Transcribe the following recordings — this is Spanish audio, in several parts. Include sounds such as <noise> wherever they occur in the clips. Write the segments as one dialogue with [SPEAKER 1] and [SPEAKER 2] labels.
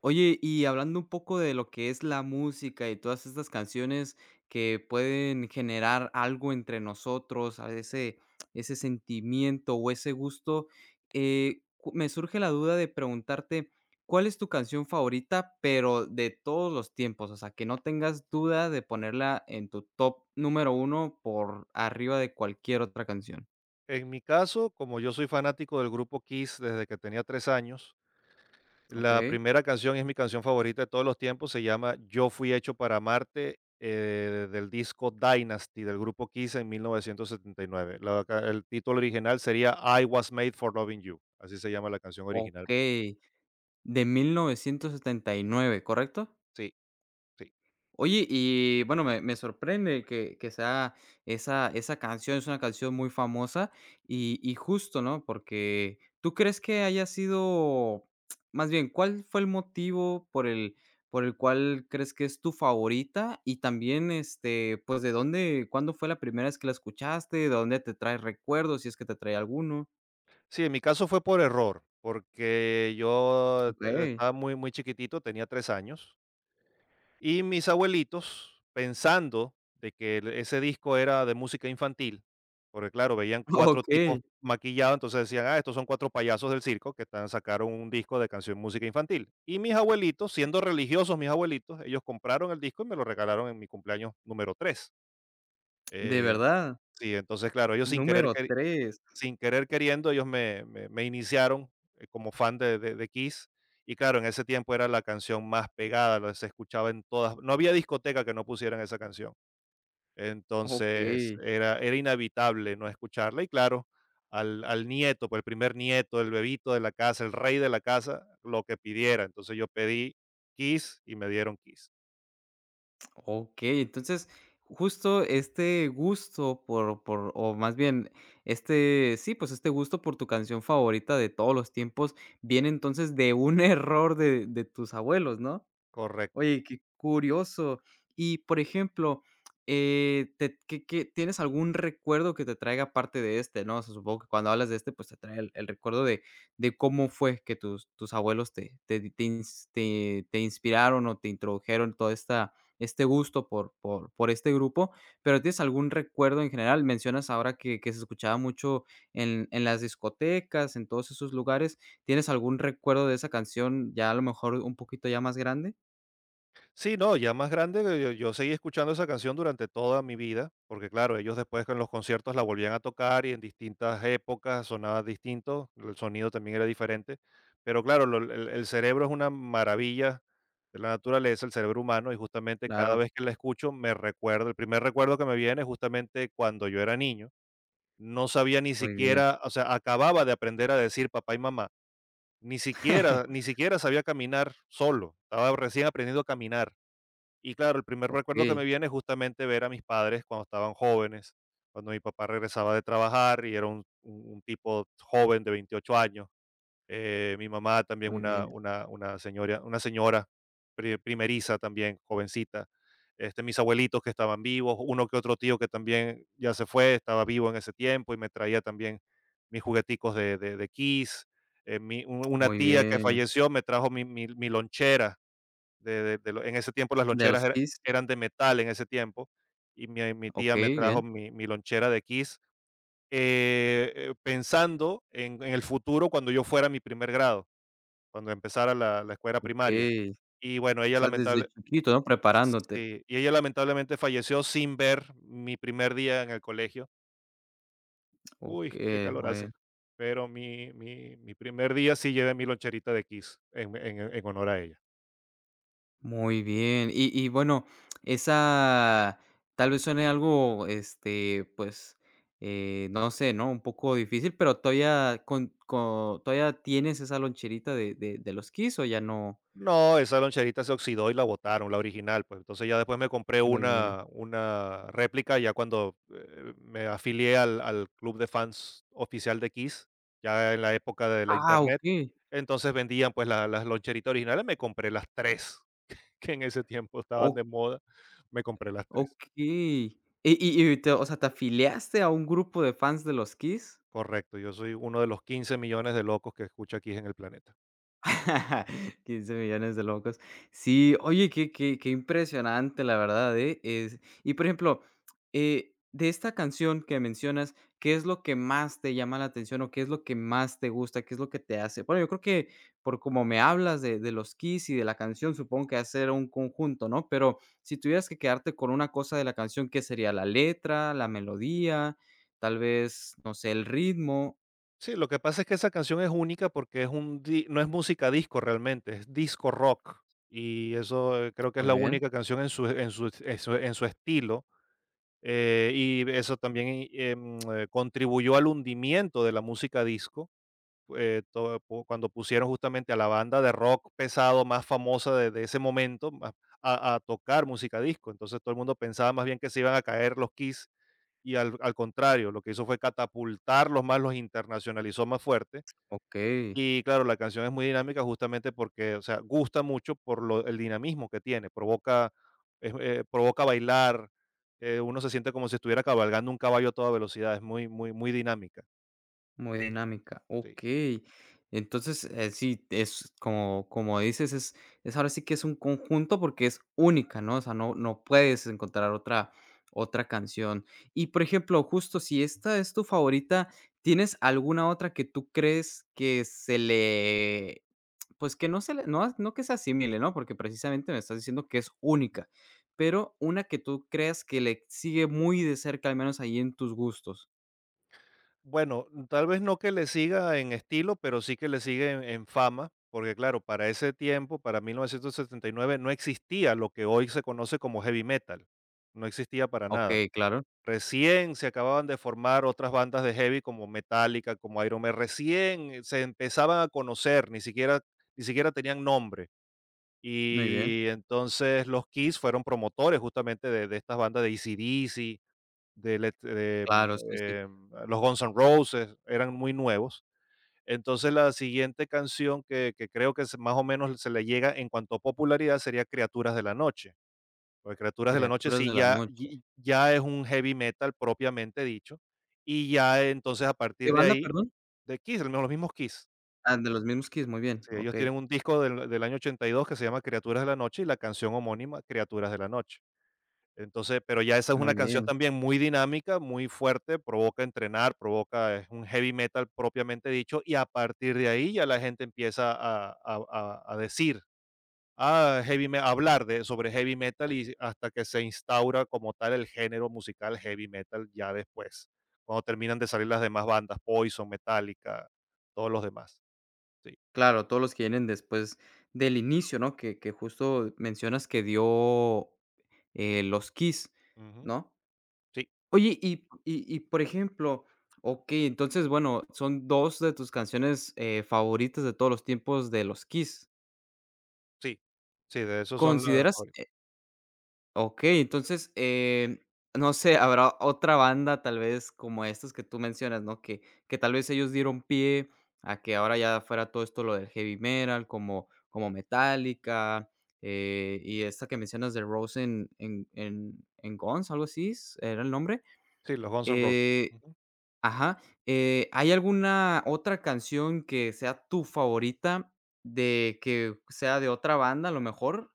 [SPEAKER 1] Oye, y hablando un poco de lo que es la música y todas estas canciones que pueden generar algo entre nosotros, a ese sentimiento o ese gusto, me surge la duda de preguntarte, ¿cuál es tu canción favorita, pero de todos los tiempos? O sea, que no tengas duda de ponerla en tu top número uno por arriba de cualquier otra canción.
[SPEAKER 2] En mi caso, como yo soy fanático del grupo Kiss desde que tenía 3 años,
[SPEAKER 1] Ok.
[SPEAKER 2] la primera canción es mi canción favorita de todos los tiempos, se llama "Yo fui hecho para amarte", del disco Dynasty del grupo Kiss en 1979. El título original sería "I Was Made for Loving You", así se llama la canción
[SPEAKER 1] Ok,
[SPEAKER 2] originalmente.
[SPEAKER 1] de 1979, ¿correcto?
[SPEAKER 2] Sí, sí.
[SPEAKER 1] Oye, y bueno, me sorprende que sea esa canción, es una canción muy famosa y justo, ¿no? Porque tú crees que haya sido, más bien, ¿cuál fue el motivo por el, ¿por el cual crees que es tu favorita? Y también, pues, cuándo fue la primera vez que la escuchaste? ¿De dónde te trae recuerdos, si es que te trae alguno?
[SPEAKER 2] Sí, en mi caso fue por error, porque yo
[SPEAKER 1] Ok.
[SPEAKER 2] estaba muy chiquitito, tenía 3 años. Y mis abuelitos, pensando de que el ese disco era de música infantil, porque claro, veían
[SPEAKER 1] <laughs>
[SPEAKER 2] cuatro
[SPEAKER 1] Ok,
[SPEAKER 2] tipos maquillados, entonces decían: "Ah, estos son 4 payasos del circo que están sacaron un disco de canción música infantil". Y mis abuelitos, siendo religiosos mis abuelitos, ellos compraron el disco y me lo regalaron en mi cumpleaños número 3.
[SPEAKER 1] de
[SPEAKER 2] Eh,
[SPEAKER 1] verdad,
[SPEAKER 2] sí, entonces, claro, ellos sin querer
[SPEAKER 1] número tres,
[SPEAKER 2] sin querer queriendo, ellos me iniciaron, como fan de Kiss. Y claro, en ese tiempo era la canción más pegada, la se escuchaba en todas, no había discoteca que no pusieran esa canción.
[SPEAKER 1] ok.
[SPEAKER 2] Entonces, era inevitable no escucharla. Y claro, al nieto, pues, el primer nieto, el bebito de la casa, el rey de la casa, lo que pidiera. Entonces, yo pedí Kiss y me dieron Kiss.
[SPEAKER 1] Okey, entonces, justo este gusto por o más bien, este sí, pues, este gusto por tu canción favorita de todos los tiempos viene entonces de un <laughs> error de tus abuelos, ¿no?
[SPEAKER 2] Correcto.
[SPEAKER 1] Oye, qué curioso. Y, por ejemplo, te ¿qué tienes algún recuerdo que te traiga parte de este, no? O sea, supongo que cuando hablas de este, pues, te trae el recuerdo de cómo fue que tus abuelos te inspiraron o te introdujeron todo esta este gusto por este grupo, pero, ¿tienes algún recuerdo en general? Mencionas ahora que se escuchaba mucho en las discotecas, en todos esos lugares, ¿tienes algún recuerdo de esa canción, ya a lo mejor un poquito ya más grande?
[SPEAKER 2] Sí, no, ya más grande, yo seguí escuchando esa canción durante toda mi vida, porque claro, ellos después en los conciertos la volvían a tocar y en distintas épocas sonaba distinto, el sonido también era diferente, pero claro, el cerebro es una maravilla de la naturaleza, el cerebro humano, y justamente cada
[SPEAKER 1] Claro,
[SPEAKER 2] vez que la escucho me recuerda, el primer recuerdo que me viene es justamente cuando yo era niño, no sabía ni
[SPEAKER 1] muy bien.
[SPEAKER 2] siquiera, o sea, acababa de aprender a decir papá y mamá, ni siquiera, ni
[SPEAKER 1] <laughs>
[SPEAKER 2] siquiera sabía caminar solo, estaba recién aprendiendo a caminar, y claro, el primer recuerdo que me
[SPEAKER 1] Okey,
[SPEAKER 2] viene es justamente ver a mis padres cuando estaban jóvenes, cuando mi papá regresaba de trabajar y era un tipo joven de 28 años. Mi mamá también
[SPEAKER 1] muy
[SPEAKER 2] una,
[SPEAKER 1] bien,
[SPEAKER 2] una, una señora, una señora primeriza también, jovencita. Este, mis abuelitos que estaban vivos, uno que otro tío que también ya se fue, estaba vivo en ese tiempo y me traía también mis jugueticos de Kiss. Una
[SPEAKER 1] muy
[SPEAKER 2] tía que
[SPEAKER 1] bien.
[SPEAKER 2] falleció me trajo mi lonchera de lo en ese tiempo las
[SPEAKER 1] De
[SPEAKER 2] loncheras
[SPEAKER 1] los Kiss,
[SPEAKER 2] eran de metal en ese tiempo, y mi tía me
[SPEAKER 1] okey,
[SPEAKER 2] trajo
[SPEAKER 1] bien,
[SPEAKER 2] mi lonchera de Kiss, pensando en el futuro cuando yo fuera a mi primer grado, cuando empezara la escuela primaria.
[SPEAKER 1] okey.
[SPEAKER 2] Y bueno,
[SPEAKER 1] O
[SPEAKER 2] ella
[SPEAKER 1] sea, desde
[SPEAKER 2] lamentable
[SPEAKER 1] chiquito, ¿no? Preparándote.
[SPEAKER 2] sí, y ella lamentablemente falleció sin ver mi primer día en el colegio. Uy, qué
[SPEAKER 1] Okey,
[SPEAKER 2] calor hace.
[SPEAKER 1] bueno,
[SPEAKER 2] Pero mi primer día sí llevé mi loncherita de Kiss en honor a ella.
[SPEAKER 1] muy bien. Y bueno, esa tal vez suene algo, pues, no sé, ¿no? Un poco difícil, pero todavía con ¿todavía tienes esa loncherita de los Kiss o ya no?
[SPEAKER 2] No, esa loncherita se oxidó y la botaron, la original, pues. Entonces ya después me compré
[SPEAKER 1] Muy bien.
[SPEAKER 2] una réplica, ya cuando me afilié al club de fans oficial de Kiss, ya en la época de la
[SPEAKER 1] Ah,
[SPEAKER 2] internet.
[SPEAKER 1] okey.
[SPEAKER 2] Entonces vendían pues las loncheritas originales, me compré las tres, <laughs> que en ese tiempo estaban
[SPEAKER 1] O
[SPEAKER 2] de moda, me compré las tres.
[SPEAKER 1] Okey. Y te O sea, te afiliaste a un grupo de fans de los Kiss?
[SPEAKER 2] Correcto, yo soy uno de los 15 millones de locos que escucha Kiss en el planeta.
[SPEAKER 1] <laughs> 15 millones de locos. Sí, oye, qué qué qué impresionante, la verdad, ¿eh? Es y, por ejemplo, de esta canción que mencionas, ¿qué es lo que más te llama la atención o qué es lo que más te gusta? ¿Qué es lo que te hace? Bueno, yo creo que por como me hablas de los Kiss y de la canción, supongo que hacer un conjunto, ¿no? Pero si tuvieras que quedarte con una cosa de la canción, ¿qué sería? ¿La letra, la melodía, tal vez, no sé, el ritmo?
[SPEAKER 2] Sí, lo que pasa es que esa canción es única porque es un di no es música disco realmente, es disco rock, y eso, creo que es
[SPEAKER 1] Muy
[SPEAKER 2] la
[SPEAKER 1] bien,
[SPEAKER 2] única canción en su estilo, y eso también, contribuyó al hundimiento de la música disco, todo po cuando pusieron justamente a la banda de rock pesado más famosa de ese momento ma a tocar música disco. Entonces, todo el mundo pensaba más bien que se iban a caer los Kiss, y al contrario, lo que hizo fue catapultarlos más, los internacionalizó más fuerte.
[SPEAKER 1] okey.
[SPEAKER 2] Y claro, la canción es muy dinámica justamente porque, o sea, gusta mucho por lo el dinamismo que tiene, provoca bailar, uno se siente como si estuviera cabalgando un caballo a toda velocidad, es muy, muy, muy dinámica.
[SPEAKER 1] Muy dinámica,
[SPEAKER 2] Sí.
[SPEAKER 1] okey. Entonces, sí, es como como dices, es ahora sí que es un conjunto porque es única, ¿no? O sea, no puedes encontrar otra otra canción. Y, por ejemplo, justo si esta es tu favorita, ¿tienes alguna otra que tú crees que se le pues, que no se le no no que se asimile, ¿no? Porque precisamente me estás diciendo que es única, pero una que tú creas que le sigue muy de cerca, al menos ahí en tus gustos.
[SPEAKER 2] Bueno, tal vez no que le siga en estilo, pero sí que le sigue en fama, porque claro, para ese tiempo, para 1979, no existía lo que hoy se conoce como heavy metal, no existía para nada.
[SPEAKER 1] Okey, claro,
[SPEAKER 2] Recién se acababan de formar otras bandas de heavy como Metallica, como Iron Maiden, recién se empezaban a conocer, ni siquiera tenían nombre.
[SPEAKER 1] muy bien.
[SPEAKER 2] Y entonces los Kiss fueron promotores justamente de estas bandas de AC/DC, de Led de, mm,
[SPEAKER 1] Claro, sí, sí.
[SPEAKER 2] em, los Guns N' Roses, eran muy nuevos. Entonces, la siguiente canción que creo que se más o menos se le llega en cuanto a popularidad sería Criaturas de la Noche. Porque Criaturas de la Noche
[SPEAKER 1] Criaturas
[SPEAKER 2] sí
[SPEAKER 1] de la
[SPEAKER 2] ya,
[SPEAKER 1] noche.
[SPEAKER 2] ya es un heavy metal propiamente dicho. Y ya entonces a
[SPEAKER 1] ¿Qué
[SPEAKER 2] partir de
[SPEAKER 1] banda,
[SPEAKER 2] ahí,
[SPEAKER 1] perdón?
[SPEAKER 2] de Kiss, los mismos Kiss.
[SPEAKER 1] Ah, de los mismos Kiss, muy bien,
[SPEAKER 2] Sí, ellos tienen
[SPEAKER 1] okey,
[SPEAKER 2] un disco del año 82 que se llama Criaturas de la Noche y la canción homónima Criaturas de la Noche. Entonces, pero ya esa es una
[SPEAKER 1] muy
[SPEAKER 2] canción
[SPEAKER 1] bien.
[SPEAKER 2] también muy dinámica, muy fuerte, provoca entrenar, provoca, es un heavy metal propiamente dicho, y a partir de ahí ya la gente empieza a decir a heavy me hablar sobre heavy metal, y hasta que se instaura como tal el género musical heavy metal ya después, cuando terminan de salir las demás bandas, Poison, Metallica, todos los demás. Sí.
[SPEAKER 1] Claro, todos los que vienen después del inicio, ¿no? Que justo mencionas que dio, los Kiss,
[SPEAKER 2] Ujú.
[SPEAKER 1] ¿no?
[SPEAKER 2] Sí,
[SPEAKER 1] Oye, por ejemplo, okey, entonces, bueno, son 2 de tus canciones, favoritas de todos los tiempos de los Kiss.
[SPEAKER 2] sí. Sí, de esos son los
[SPEAKER 1] ¿Consideras
[SPEAKER 2] favoritos.
[SPEAKER 1] Okey, entonces, no sé, habrá otra banda, tal vez, como estas que tú mencionas, ¿no? Que tal vez ellos dieron pie a que ahora ya fuera todo esto lo del heavy metal, como como Metallica, y esta que mencionas de Rose en Guns, algo así, es ¿era el nombre?
[SPEAKER 2] Sí, los Guns N' Roses.
[SPEAKER 1] Eh
[SPEAKER 2] Ujú.
[SPEAKER 1] Ajá, ¿hay alguna otra canción que sea tu favorita de que sea de otra banda, a lo mejor?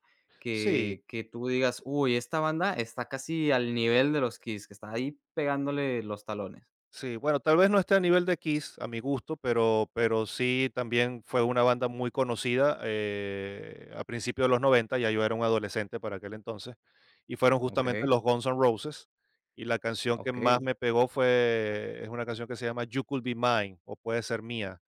[SPEAKER 2] Sí.
[SPEAKER 1] Que tú digas: "Uy, esta banda está casi al nivel de los Kiss, que está ahí pegándole los talones".
[SPEAKER 2] Sí, bueno, tal vez no esté a nivel de Kiss, a mi gusto, pero sí también fue una banda muy conocida a principios de los noventa, ya yo era un adolescente para aquel entonces, y fueron justamente
[SPEAKER 1] Okey,
[SPEAKER 2] los Guns N' Roses, y la canción que más
[SPEAKER 1] okey,
[SPEAKER 2] me pegó fue, es una canción que se llama "You Could Be Mine", o "Puede Ser Mía",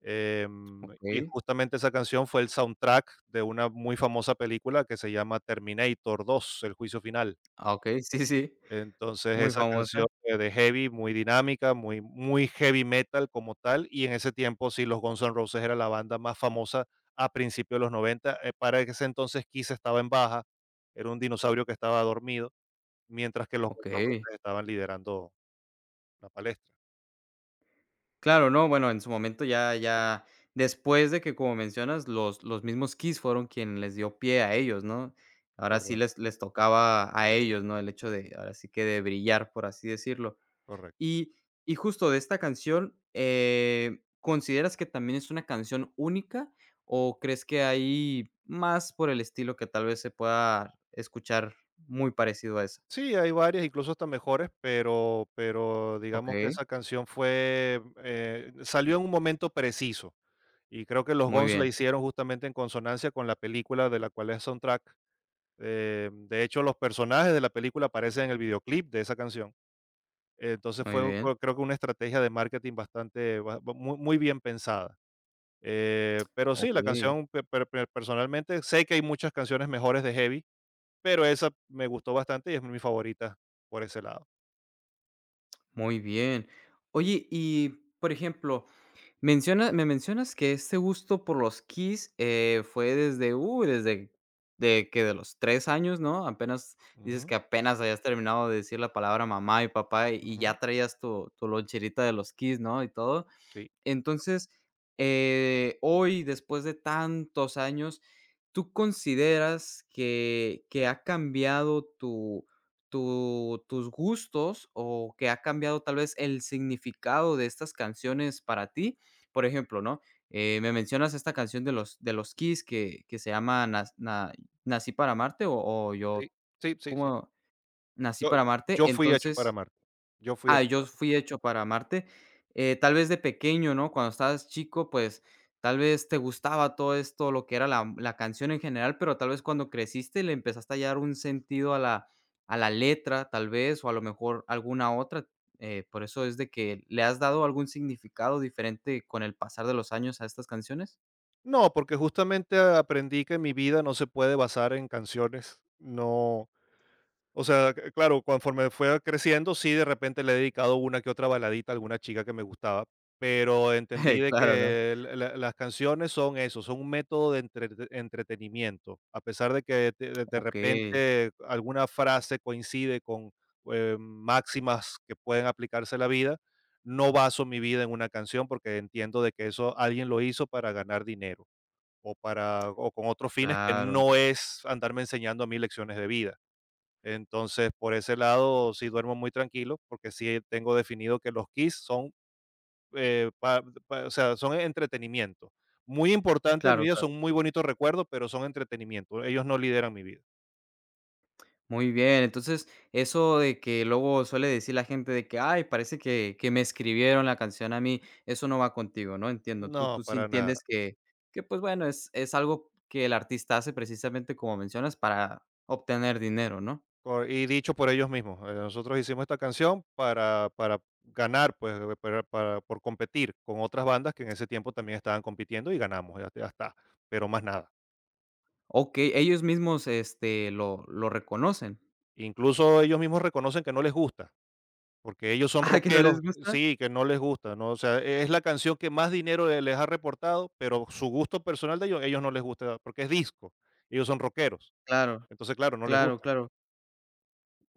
[SPEAKER 2] y
[SPEAKER 1] okey.
[SPEAKER 2] justamente esa canción fue el soundtrack de una muy famosa película que se llama Terminator 2, El Juicio Final.
[SPEAKER 1] Ah, okey, sí, sí,
[SPEAKER 2] Entonces,
[SPEAKER 1] muy
[SPEAKER 2] esa canción
[SPEAKER 1] famosa.
[SPEAKER 2] fue de heavy, muy dinámica, muy heavy metal como tal, y en ese tiempo sí, los Guns N' Roses era la banda más famosa a principios de los 90. Para ese entonces Kiss estaba en baja, era un dinosaurio que estaba dormido, mientras que los Guns N'
[SPEAKER 1] Okey.
[SPEAKER 2] Roses estaban liderando la palestra.
[SPEAKER 1] Claro, no, bueno, en su momento ya ya después de que, como mencionas, los mismos Kiss fueron quien les dio pie a ellos, ¿no? Ahora sí les
[SPEAKER 2] Correcto,
[SPEAKER 1] les tocaba a ellos, ¿no? El hecho de, ahora sí que de brillar, por así decirlo.
[SPEAKER 2] correcto.
[SPEAKER 1] Y y justo de esta canción, ¿consideras que también es una canción única, o crees que hay más por el estilo que tal vez se pueda escuchar muy parecido a esa?
[SPEAKER 2] Sí, hay varias, incluso hasta mejores, pero digamos que
[SPEAKER 1] Okey,
[SPEAKER 2] esa canción fue, salió en un momento preciso. Y creo que los
[SPEAKER 1] muy
[SPEAKER 2] Guns la
[SPEAKER 1] bien,
[SPEAKER 2] hicieron justamente en consonancia con la película de la cual es soundtrack. De hecho, los personajes de la película aparecen en el videoclip de esa canción. Entonces
[SPEAKER 1] muy
[SPEAKER 2] fue,
[SPEAKER 1] bien.
[SPEAKER 2] creo que una estrategia de marketing bastante, muy, muy bien pensada. Pero sí, la
[SPEAKER 1] Okey.
[SPEAKER 2] canción, personalmente, sé que hay muchas canciones mejores de heavy, pero esa me gustó bastante y es mi favorita por ese lado.
[SPEAKER 1] Muy bien. Oye, y por ejemplo, menciona me mencionas que este gusto por los Kiss, fue desde, uy, desde de los 3 años, ¿no? Apenas dices
[SPEAKER 2] Ujú,
[SPEAKER 1] que apenas habías terminado de decir la palabra mamá y papá, y
[SPEAKER 2] ujú.
[SPEAKER 1] ya traías tu loncherita de los Kiss, ¿no? Y todo.
[SPEAKER 2] Sí,
[SPEAKER 1] Entonces, hoy, después de tantos años, ¿tú consideras que ha cambiado tu tus gustos o que ha cambiado tal vez el significado de estas canciones para ti? Por ejemplo, ¿no? Me mencionas esta canción de los Kiss que se llama Nas na Nací para amarte o
[SPEAKER 2] sí,
[SPEAKER 1] yo
[SPEAKER 2] sí, sí, sí.
[SPEAKER 1] ¿cómo? Nací
[SPEAKER 2] Yo
[SPEAKER 1] para amarte.
[SPEAKER 2] yo fui hecho para
[SPEAKER 1] Entonces
[SPEAKER 2] Marte. Yo fui
[SPEAKER 1] Ah,
[SPEAKER 2] hecho
[SPEAKER 1] yo
[SPEAKER 2] para Marte.
[SPEAKER 1] fui hecho para amarte. Tal vez de pequeño, ¿no? Cuando estabas chico, pues tal vez te gustaba todo esto, lo que era la, la canción en general, pero tal vez cuando creciste le empezaste a hallar un sentido a la letra, tal vez, o a lo mejor alguna otra. Por eso es de que le has dado algún significado diferente con el pasar de los años a estas canciones.
[SPEAKER 2] No, porque justamente aprendí que mi vida no se puede basar en canciones. No. O sea, c claro, conforme fue creciendo, sí, de repente le he dedicado una que otra baladita a alguna chica que me gustaba, pero entendí
[SPEAKER 1] <laughs>
[SPEAKER 2] de
[SPEAKER 1] Claro, ¿no?
[SPEAKER 2] que la la las canciones son eso, son un método de entretenimiento. A pesar de que de
[SPEAKER 1] Ok,
[SPEAKER 2] repente alguna frase coincide con máximas que pueden aplicarse a la vida, no baso mi vida en una canción porque entiendo de que eso alguien lo hizo para ganar dinero, o para o con otros fines que
[SPEAKER 1] claro,
[SPEAKER 2] no es andarme enseñando a mí lecciones de vida. Entonces, por ese lado, sí duermo muy tranquilo, porque sí tengo definido que los Kiss son, pa pa o sea, son entretenimiento. Muy importante en mi
[SPEAKER 1] claro,
[SPEAKER 2] vida,
[SPEAKER 1] claro.
[SPEAKER 2] son muy bonitos recuerdos, pero son entretenimiento. Ellos no lideran mi vida.
[SPEAKER 1] Muy bien, entonces, eso de que luego suele decir la gente de que: "Ay, parece que me escribieron la canción a mí", eso no va contigo, ¿no? Entiendo, tú
[SPEAKER 2] No,
[SPEAKER 1] tú sí
[SPEAKER 2] para nada.
[SPEAKER 1] entiendes que, pues, bueno, es algo que el artista hace precisamente como mencionas para obtener dinero, ¿no?
[SPEAKER 2] Por y dicho por ellos mismos, nosotros hicimos esta canción para ganar, pues, para por competir con otras bandas que en ese tiempo también estaban compitiendo y ganamos, ya ya está, pero más nada.
[SPEAKER 1] O que ellos mismos, lo reconocen.
[SPEAKER 2] Incluso ellos mismos reconocen que no les gusta. Porque ellos
[SPEAKER 1] <laughs>
[SPEAKER 2] son
[SPEAKER 1] Ah, ¿que no
[SPEAKER 2] rockeros,
[SPEAKER 1] les gusta?
[SPEAKER 2] sí, que no les gusta, ¿no? O sea, es la canción que más dinero les ha reportado, pero su gusto personal de ellos, ellos no les gusta, porque es disco, ellos son rockeros.
[SPEAKER 1] Claro,
[SPEAKER 2] Entonces, claro, no les
[SPEAKER 1] claro,
[SPEAKER 2] gusta.
[SPEAKER 1] claro.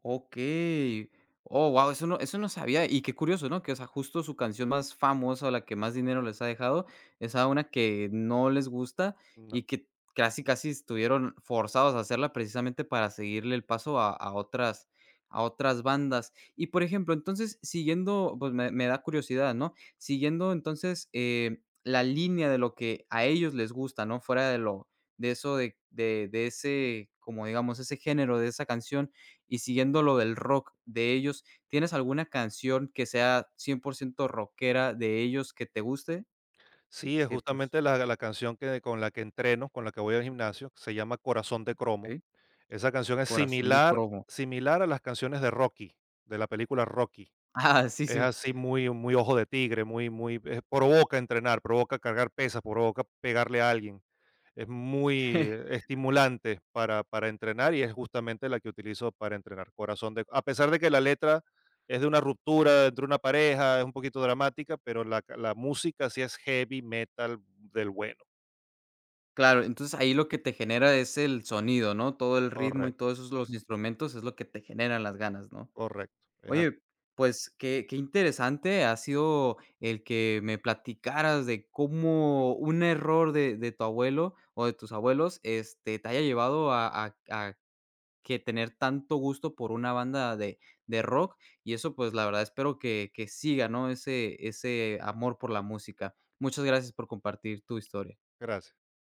[SPEAKER 1] Okey. Oh, wow, eso no sabía, y qué curioso, ¿no? Que, o sea, justo su canción más famosa, o la que más dinero les ha dejado, es a una que no les gusta
[SPEAKER 2] No.
[SPEAKER 1] y que casi, casi estuvieron forzados a hacerla precisamente para seguirle el paso a otras bandas. Y, por ejemplo, entonces, siguiendo, pues, me da curiosidad, ¿no? Siguiendo, entonces, la línea de lo que a ellos les gusta, ¿no? Fuera de lo de eso de ese, como digamos, ese género de esa canción, y siguiendo lo del rock de ellos, ¿tienes alguna canción que sea 100% rockera de ellos que te guste?
[SPEAKER 2] Sí, es
[SPEAKER 1] Que, pues,
[SPEAKER 2] justamente la canción que, con la que entreno, con la que voy al gimnasio, se llama Corazón de Cromo.
[SPEAKER 1] okey,
[SPEAKER 2] Esa canción es
[SPEAKER 1] Corazón de
[SPEAKER 2] similar,
[SPEAKER 1] cromo.
[SPEAKER 2] similar a las canciones de Rocky, de la película Rocky.
[SPEAKER 1] <laughs> Ah, sí,
[SPEAKER 2] Es
[SPEAKER 1] sí.
[SPEAKER 2] así muy ojo de tigre, provoca entrenar, provoca cargar pesas, provoca pegarle a alguien. Es muy
[SPEAKER 1] <laughs>
[SPEAKER 2] estimulante para entrenar y es justamente la que utilizo para entrenar. A pesar de que la letra es de una ruptura entre una pareja, es un poquito dramática, pero la música sí es heavy metal del bueno.
[SPEAKER 1] Claro, entonces ahí lo que te genera es el sonido, ¿no? Todo el ritmo y
[SPEAKER 2] Correcto,
[SPEAKER 1] todos esos los instrumentos es lo que te generan las ganas, ¿no?
[SPEAKER 2] correcto. Es así.
[SPEAKER 1] Oye, pues qué interesante ha sido el que me platicaras de cómo un error de tu abuelo o de tus abuelos, te haya llevado a que tener tanto gusto por una banda de rock, y eso, pues, la verdad espero que siga, ¿no?, ese ese amor por la música. Muchas gracias por compartir tu historia.
[SPEAKER 2] Gracias.